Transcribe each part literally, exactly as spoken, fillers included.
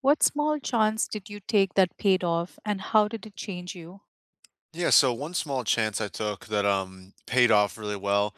What small chance did you take that paid off, and how did it change you? Yeah, so one small chance I took that um paid off really well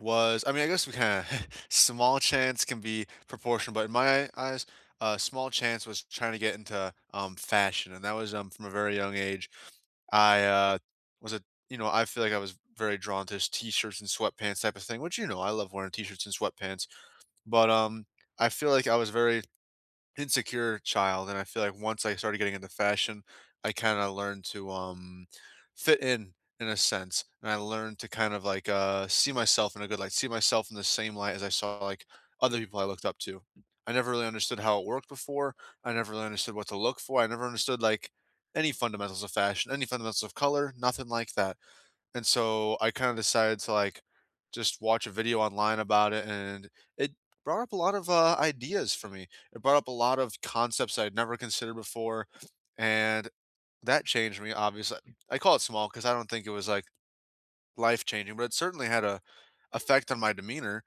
was I mean I guess we kind of small chance can be proportional, but in my eyes, a small chance was trying to get into um fashion, and that was um from a very young age. I uh, was a you know I feel like I was very drawn to t t-shirts and sweatpants type of thing, which you know I love wearing t-shirts and sweatpants. But um, I feel like I was very insecure child, and I feel like once I started getting into fashion, I kinda learned to, um, fit in, in a sense, and I learned to kind of, like, uh, see myself in a good light, see myself in the same light as I saw, like, other people I looked up to. I never really understood how it worked before. I never really understood what to look for. I never understood, like, any fundamentals of fashion, any fundamentals of color, nothing like that. And so I kinda decided to, like, just watch a video online about it, and it brought up a lot of, uh, ideas for me. It brought up a lot of concepts I'd never considered before, and that changed me, obviously. I call it small because I don't think it was, like, life-changing, but it certainly had a effect on my demeanor,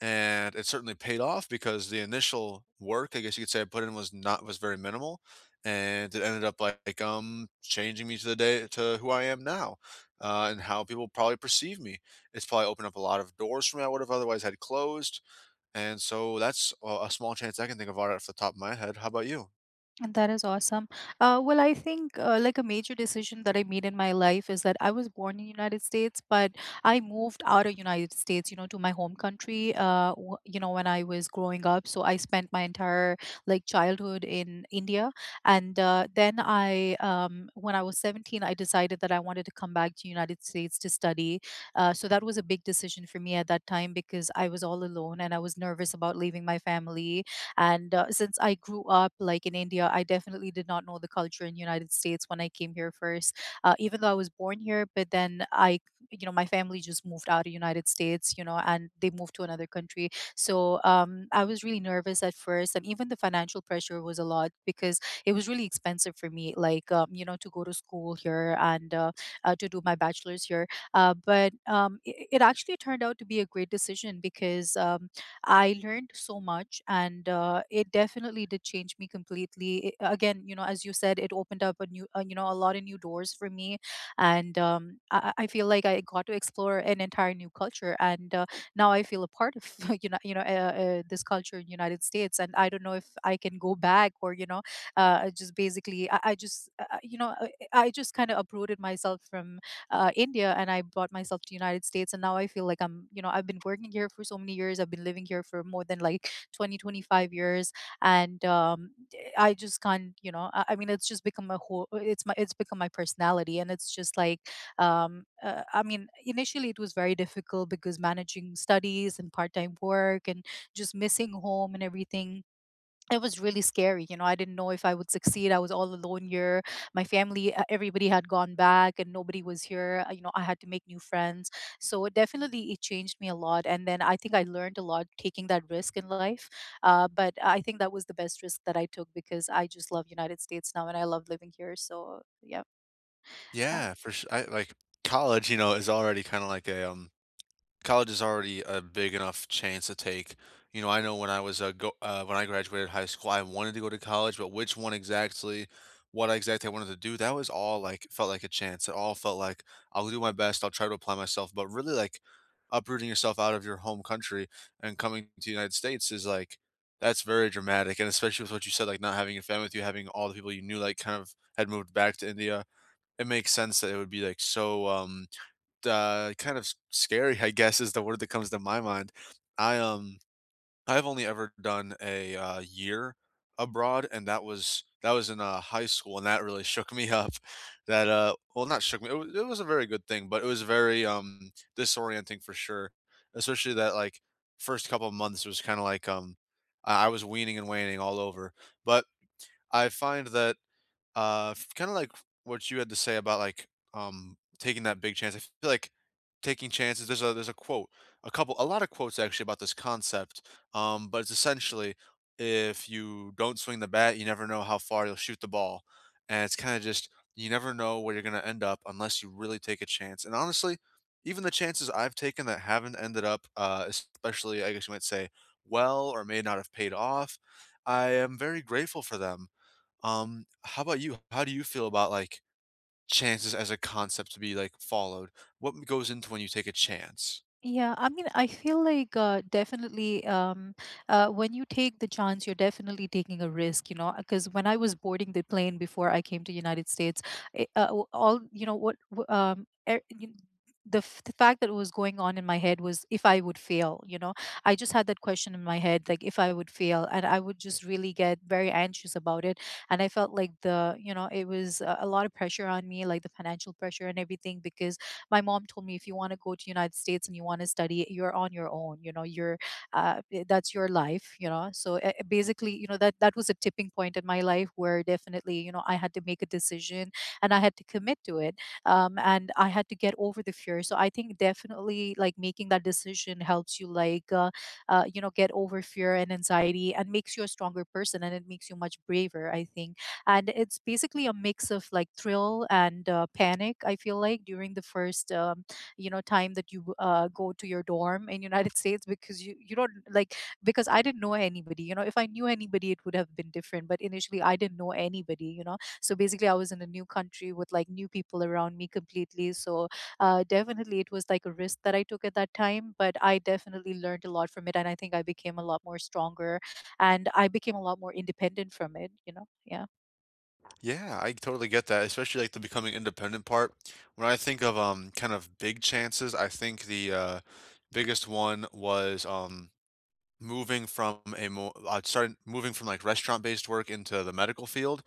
and it certainly paid off because the initial work, I guess you could say, I put in was not was very minimal, and it ended up like um changing me to the day to who I am now, uh, and how people probably perceive me. It's probably opened up a lot of doors for me I would have otherwise had closed, and so that's a, a small chance I can think of right off the top of my head. How about you? And that is awesome. Uh, well, I think uh, like a major decision that I made in my life is that I was born in United States, but I moved out of United States, you know, to my home country. Uh, w- you know, when I was growing up, so I spent my entire like childhood in India, and uh, then I, um, when I was seventeen, I decided that I wanted to come back to United States to study. Uh, so that was a big decision for me at that time because I was all alone and I was nervous about leaving my family and uh, since I grew up like in India, I definitely did not know the culture in United States when I came here first. Uh, even though I was born here, but then I, you know, my family just moved out of United States, you know, and they moved to another country. So um, I was really nervous at first, and even the financial pressure was a lot because it was really expensive for me, like um, you know, to go to school here and uh, uh, to do my bachelor's here. Uh, but um, it, it actually turned out to be a great decision because um, I learned so much, and uh, it definitely did change me completely. It- again, you know, as you said, it opened up a new, uh, you know, a lot of new doors for me, and um, I, I I feel like I got to explore an entire new culture, and uh, now I feel a part of, you know, you know, uh, uh, this culture in United States, and I don't know if I can go back, or, you know, uh, just basically, I, I just, uh, uh, you know, I, I just kind of uprooted myself from uh, India, and I brought myself to United States. And now I feel like I'm, you know, I've been working here for so many years. I've been living here for more than like twenty twenty-five years, and um, I just can't, you know, I, I mean it's just become a whole, it's my, it's become my personality, and it's just like um, uh, I mean initially it was very difficult because managing studies and part-time work and just missing home and everything. It was really scary, you know, I didn't know if I would succeed, I was all alone here, my family, uh, everybody had gone back and nobody was here. Uh, you know, I had to make new friends, so it definitely, it changed me a lot, and then I think I learned a lot taking that risk in life. Uh, but I think that was the best risk that I took because I just love United States now and I love living here, so yeah. Yeah, for sure. I, like college, you know, is already kind of like a um college is already a big enough chance to take. You know, I know when I was uh, go uh, when I graduated high school, I wanted to go to college, but which one exactly, what exactly I wanted to do, that was all like felt like a chance. It all felt like I'll do my best, I'll try to apply myself, but really like uprooting yourself out of your home country and coming to the United States is like that's very dramatic, and especially with what you said, like not having your family with you, having all the people you knew, like kind of had moved back to India. It makes sense that it would be like so um uh, kind of s scary, I guess, is the word that comes to my mind. I, um I've only ever done a, uh, year abroad, and that was that was in, uh, high school, and that really shook me up. That, uh well, not shook me, it was it was a very good thing, but it was very, um, disorienting for sure, especially that, like, first couple of months was kinda like, um, I I was weaning and waning all over, but I find that uh, kind of like what you had to say about like um taking that big chance. I feel like taking chances. There's a there's a quote, a couple, a lot of quotes actually about this concept. Um, but it's essentially if you don't swing the bat, you never know how far you'll shoot the ball, and it's kind of just you never know where you're gonna end up unless you really take a chance. And honestly, even the chances I've taken that haven't ended up, uh, especially I guess you might say well or may not have paid off, I am very grateful for them um, how about you? How do you feel about like chances as a concept to be like followed? What goes into when you take a chance? Yeah, I mean, I feel like uh, definitely, um, uh, when you take the chance, you're definitely taking a risk, you know. Because when I was boarding the plane before I came to United States, it, uh, w- all you know what w- um, e- you- the f- the fact that was going on in my head was if I would fail, you know. I just had that question in my head, like if I would fail, and I would just really get very anxious about it. And I felt like the you know, it was uh, a lot of pressure on me, like the financial pressure and everything, because my mom told me if you want to go to United States and you want to study, you're on your own, you know. You're uh, that's your life, you know. So uh, uh, basically, you know, that that was a tipping point in my life where definitely, you know, I had to make a decision, and I had to commit to it. Um, and I had to get over the fear. So I think definitely, like, making that decision helps you, like, uh, uh, you know, get over fear and anxiety, and makes you a stronger person, and it makes you much braver, I think. And it's basically a mix of like thrill and uh, panic, I feel like, during the first um, you know, time that you uh, go to your dorm in United States, because you you don't, like, because I didn't know anybody, you know. If I knew anybody it would have been different, but initially I didn't know anybody, you know. So basically, I was in a new country with like new people around me completely, so uh, definitely, it was like a risk that I took at that time, but I definitely learned a lot from it, and I think I became a lot more stronger, and I became a lot more independent from it, you know, yeah. Yeah, I totally get that, especially like the becoming independent part. When I think of um kind of big chances, I think the uh biggest one was um moving from a more I started moving from like restaurant based work into the medical field.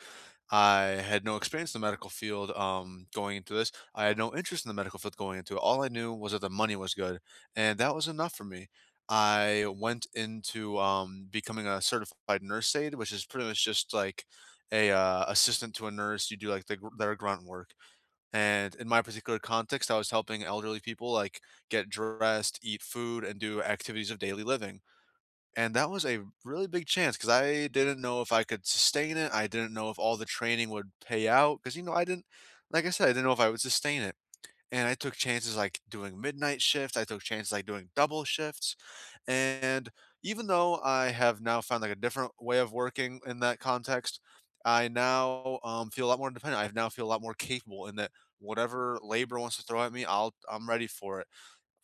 I had no experience in the medical field um, going into this. I had no interest in the medical field going into it. All I knew was that the money was good, and that was enough for me. I went into um, becoming a certified nurse aide, which is pretty much just like a uh, assistant to a nurse. You do like the, gr- their grunt work, and in my particular context, I was helping elderly people like get dressed, eat food, and do activities of daily living, and that was a really big chance because I didn't know if I could sustain it. I didn't know if all the training would pay out because you know, I didn't like I said, I didn't know if I would sustain it, and I took chances, like, doing midnight shifts. I took chances, like, doing double shifts, and even though I have now found, like, a different way of working in that context, I now, um, feel a lot more independent. I now feel a lot more capable in that whatever labor wants to throw at me, I'll I'm ready for it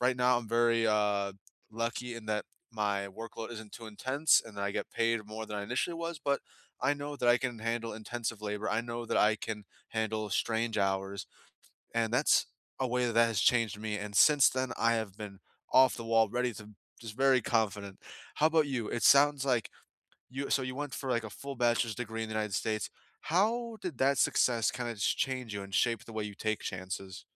right now. I'm very uh, lucky in that my workload isn't too intense and I get paid more than I initially was, but I know that I can handle intensive labor. I know that I can handle strange hours. And that's a way that that has changed me. And since then, I have been off the wall, ready to just very confident. How about you? It sounds like you, so you went for like a full bachelor's degree in the United States. How did that success kind of change you and shape the way you take chances?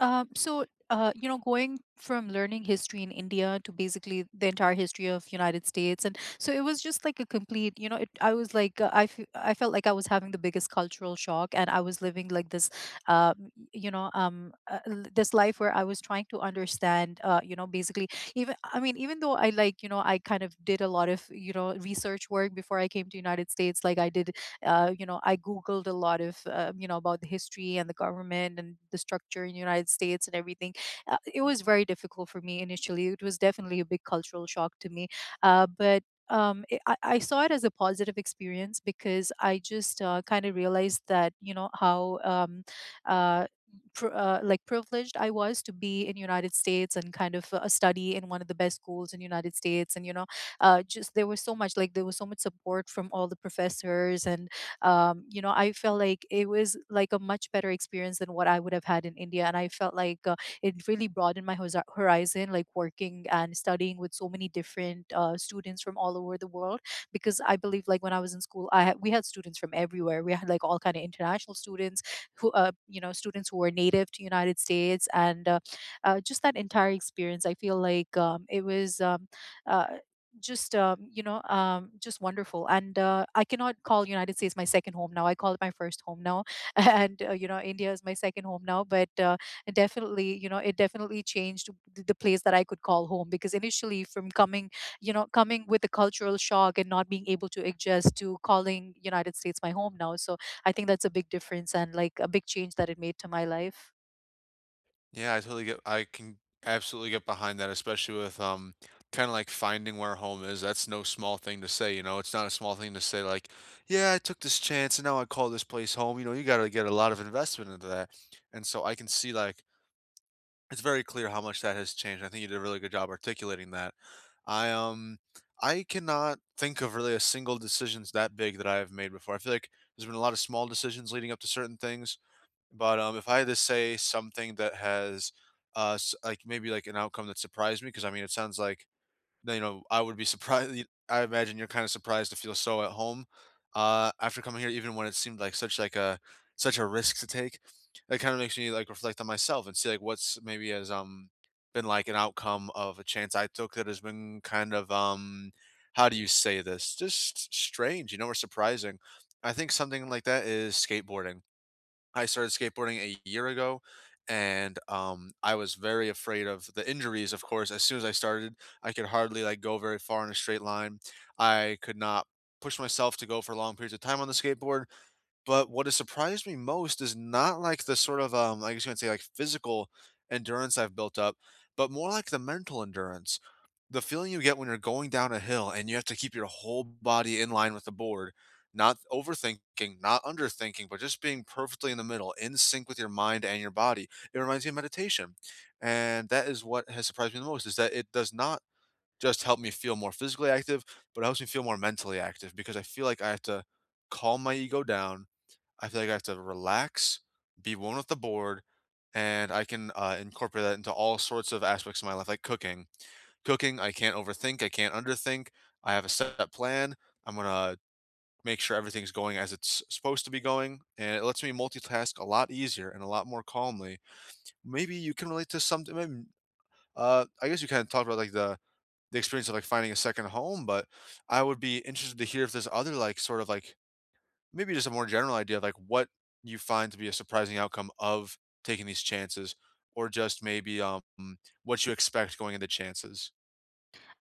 Um, so, uh, you know, going from learning history in India to basically the entire history of United States, and so it was just like a complete, you know, it, I was like, uh, I fe- I felt like I was having the biggest cultural shock, and I was living like this, uh, you know, um, uh, l- this life where I was trying to understand, uh, you know, basically, even I mean, even though I, like, you know, I kind of did a lot of, you know, research work before I came to United States, like I did, uh, you know, I googled a lot of uh, you know, about the history and the government and the structure in the United States and everything. Uh, it was very difficult for me, initially it was definitely a big cultural shock to me. Uh, but um, it, I, I saw it as a positive experience because I just uh, kind of realized, that you know, how um, uh, pr- uh, like privileged I was to be in United States, and kind of uh, study in one of the best schools in United States. And you know, uh, just there was so much, like there was so much support from all the professors, and um, you know, I felt like it was like a much better experience than what I would have had in India, and I felt like uh, it really broadened my horiz- horizon, like working and studying with so many different uh, students from all over the world, because I believe, like, when I was in school, i had, we had students from everywhere. We had like all kind of international students, who, uh, you know, students who were native to United States, and uh, uh, just that entire experience, I feel like, um, it was, um, uh, just, um, you know, um, just wonderful. And uh, I cannot call United States my second home now, I call it my first home now and uh, you know, India is my second home now, but uh, it definitely, you know, it definitely changed th- the place that I could call home, because initially, from coming, you know, coming with a cultural shock and not being able to adjust to calling United States my home now. So I think that's a big difference and like a big change that it made to my life. Yeah, I totally get I can absolutely get behind that, especially with um kind of like finding where home is. That's no small thing to say, you know. It's not a small thing to say like, yeah, I took this chance and now I call this place home. You know, you got to get a lot of investment into that. And so I can see like it's very clear how much that has changed. I think you did a really good job articulating that. I um I cannot think of really a single decisions that big that I have made before. I feel like there's been a lot of small decisions leading up to certain things, but, um, if I had to say something that has, uh, s like, maybe, like, an outcome that surprised me, because I mean, it sounds like, you know, I would be surprised I imagine you're kinda surprised to feel so at home, uh, after coming here, even when it seemed like such, like, a such a risk to take. That kinda makes me, like, reflect on myself and see, like, what's maybe has, um, been, like, an outcome of a chance I took that has been kind of, um, how do you say this? Just strange, you know, or surprising. I think something like that is skateboarding. I started skateboarding a year ago, and um, I was very afraid of the injuries. Of course, as soon as I started, I could hardly like go very far in a straight line. I could not push myself to go for long periods of time on the skateboard, but what has surprised me most is not like the sort of, um, I guess you could say, like physical endurance I've built up, but more like the mental endurance. The feeling you get when you're going down a hill and you have to keep your whole body in line with the board, not overthinking, not underthinking, but just being perfectly in the middle, in sync with your mind and your body. It reminds me of meditation. And that is what has surprised me the most is that it does not just help me feel more physically active, but it helps me feel more mentally active because I feel like I have to calm my ego down. I feel like I have to relax, be one with the board, and I can uh, incorporate that into all sorts of aspects of my life, like cooking. Cooking, I can't overthink, I can't underthink. I have a set plan. I'm gonna make sure everything's going as it's supposed to be going, and it lets me multitask a lot easier and a lot more calmly. Maybe you can relate to something. Maybe, uh, I guess you kind of talked about like the the experience of like finding a second home, but I would be interested to hear if there's other like sort of like maybe just a more general idea of like what you find to be a surprising outcome of taking these chances, or just maybe um what you expect going into chances.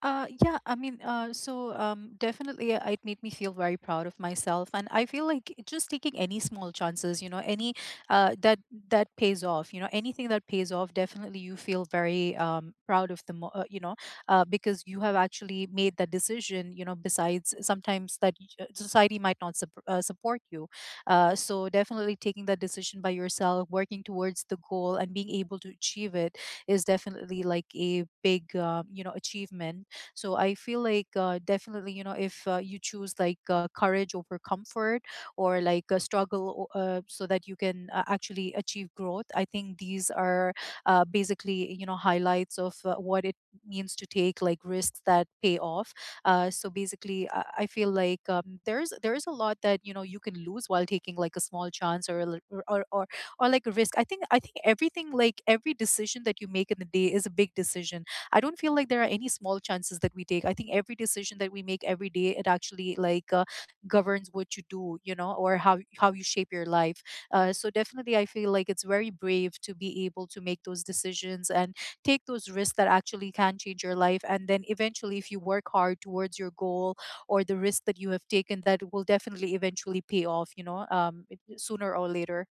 Uh, yeah, I mean, uh, so um, definitely uh, it made me feel very proud of myself, and I feel like just taking any small chances, you know, any uh, that that pays off, you know, anything that pays off, definitely you feel very um, proud of the, mo- uh, you know, uh, because you have actually made that decision, you know. Besides, sometimes that y- uh, society might not sup- uh, support you, uh, so definitely taking that decision by yourself, working towards the goal, and being able to achieve it is definitely like a big, um, you know, achievement. So I feel like uh, definitely, you know, if uh, you choose like uh, courage over comfort, or like a struggle, o- uh, so that you can uh, actually achieve growth, I think these are uh, basically, you know, highlights of uh, what it means to take like risks that pay off. Uh, so basically, i, I feel like um, there's there's a lot that, you know, you can lose while taking like a small chance, or, a lit- or or or or like a risk. i think I think everything, like every decision that you make in the day is a big decision. I don't feel like there are any small chances that we take. I think every decision that we make every day, it actually like uh, governs what you do, you know, or how how you shape your life. Uh, so definitely, I feel like it's very brave to be able to make those decisions and take those risks that actually can change your life. And then eventually, if you work hard towards your goal or the risk that you have taken, that will definitely eventually pay off, you know, um, it- sooner or later.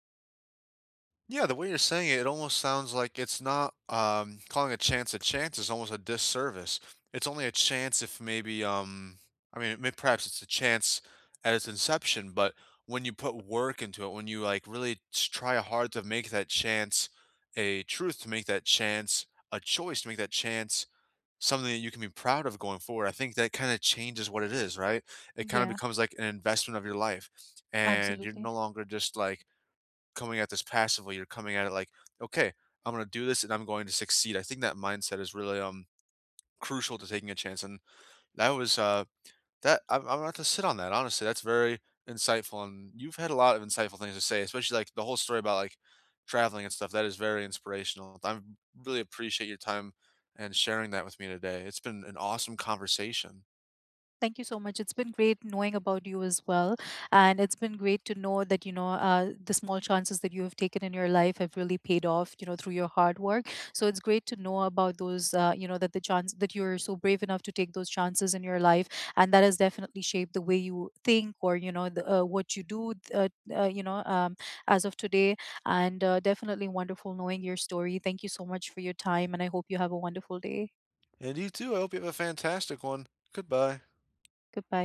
Yeah, the way you're saying it, it almost sounds like it's not um calling a chance a chance is almost a disservice. It's only a chance if maybe um i mean may- perhaps it's a chance at its inception, but when you put work into it, when you like really s- try hard to make that chance a truth, to make that chance a choice, to make that chance something that you can be proud of going forward. I think that kind of changes what it is, right? It kind of Yeah, becomes like an investment of your life. And you're no absolutely. longer just like coming at this passively. You're coming at it like, okay, I'm going to do this and I'm going to succeed. I think that mindset is really um crucial to taking a chance. And that was uh that I'm I'm about to sit on that, honestly, that's very insightful, and you've had a lot of insightful things to say, especially, like, the whole story about, like, traveling and stuff, that is very inspirational. I'm really appreciate your time and sharing that with me today. It's been an awesome conversation. Thank you so much. It's been great knowing about you as well. And it's been great to know that, you know, uh, the small chances that you have taken in your life have really paid off, you know, through your hard work. So it's great to know about those, uh, you know, that the chance that you're so brave enough to take those chances in your life. And that has definitely shaped the way you think, or, you know, the, uh, what you do, uh, uh, you know, um, as of today. And uh, definitely wonderful knowing your story. Thank you so much for your time. And I hope you have a wonderful day. And you too, I hope you have a fantastic one. Goodbye. Goodbye.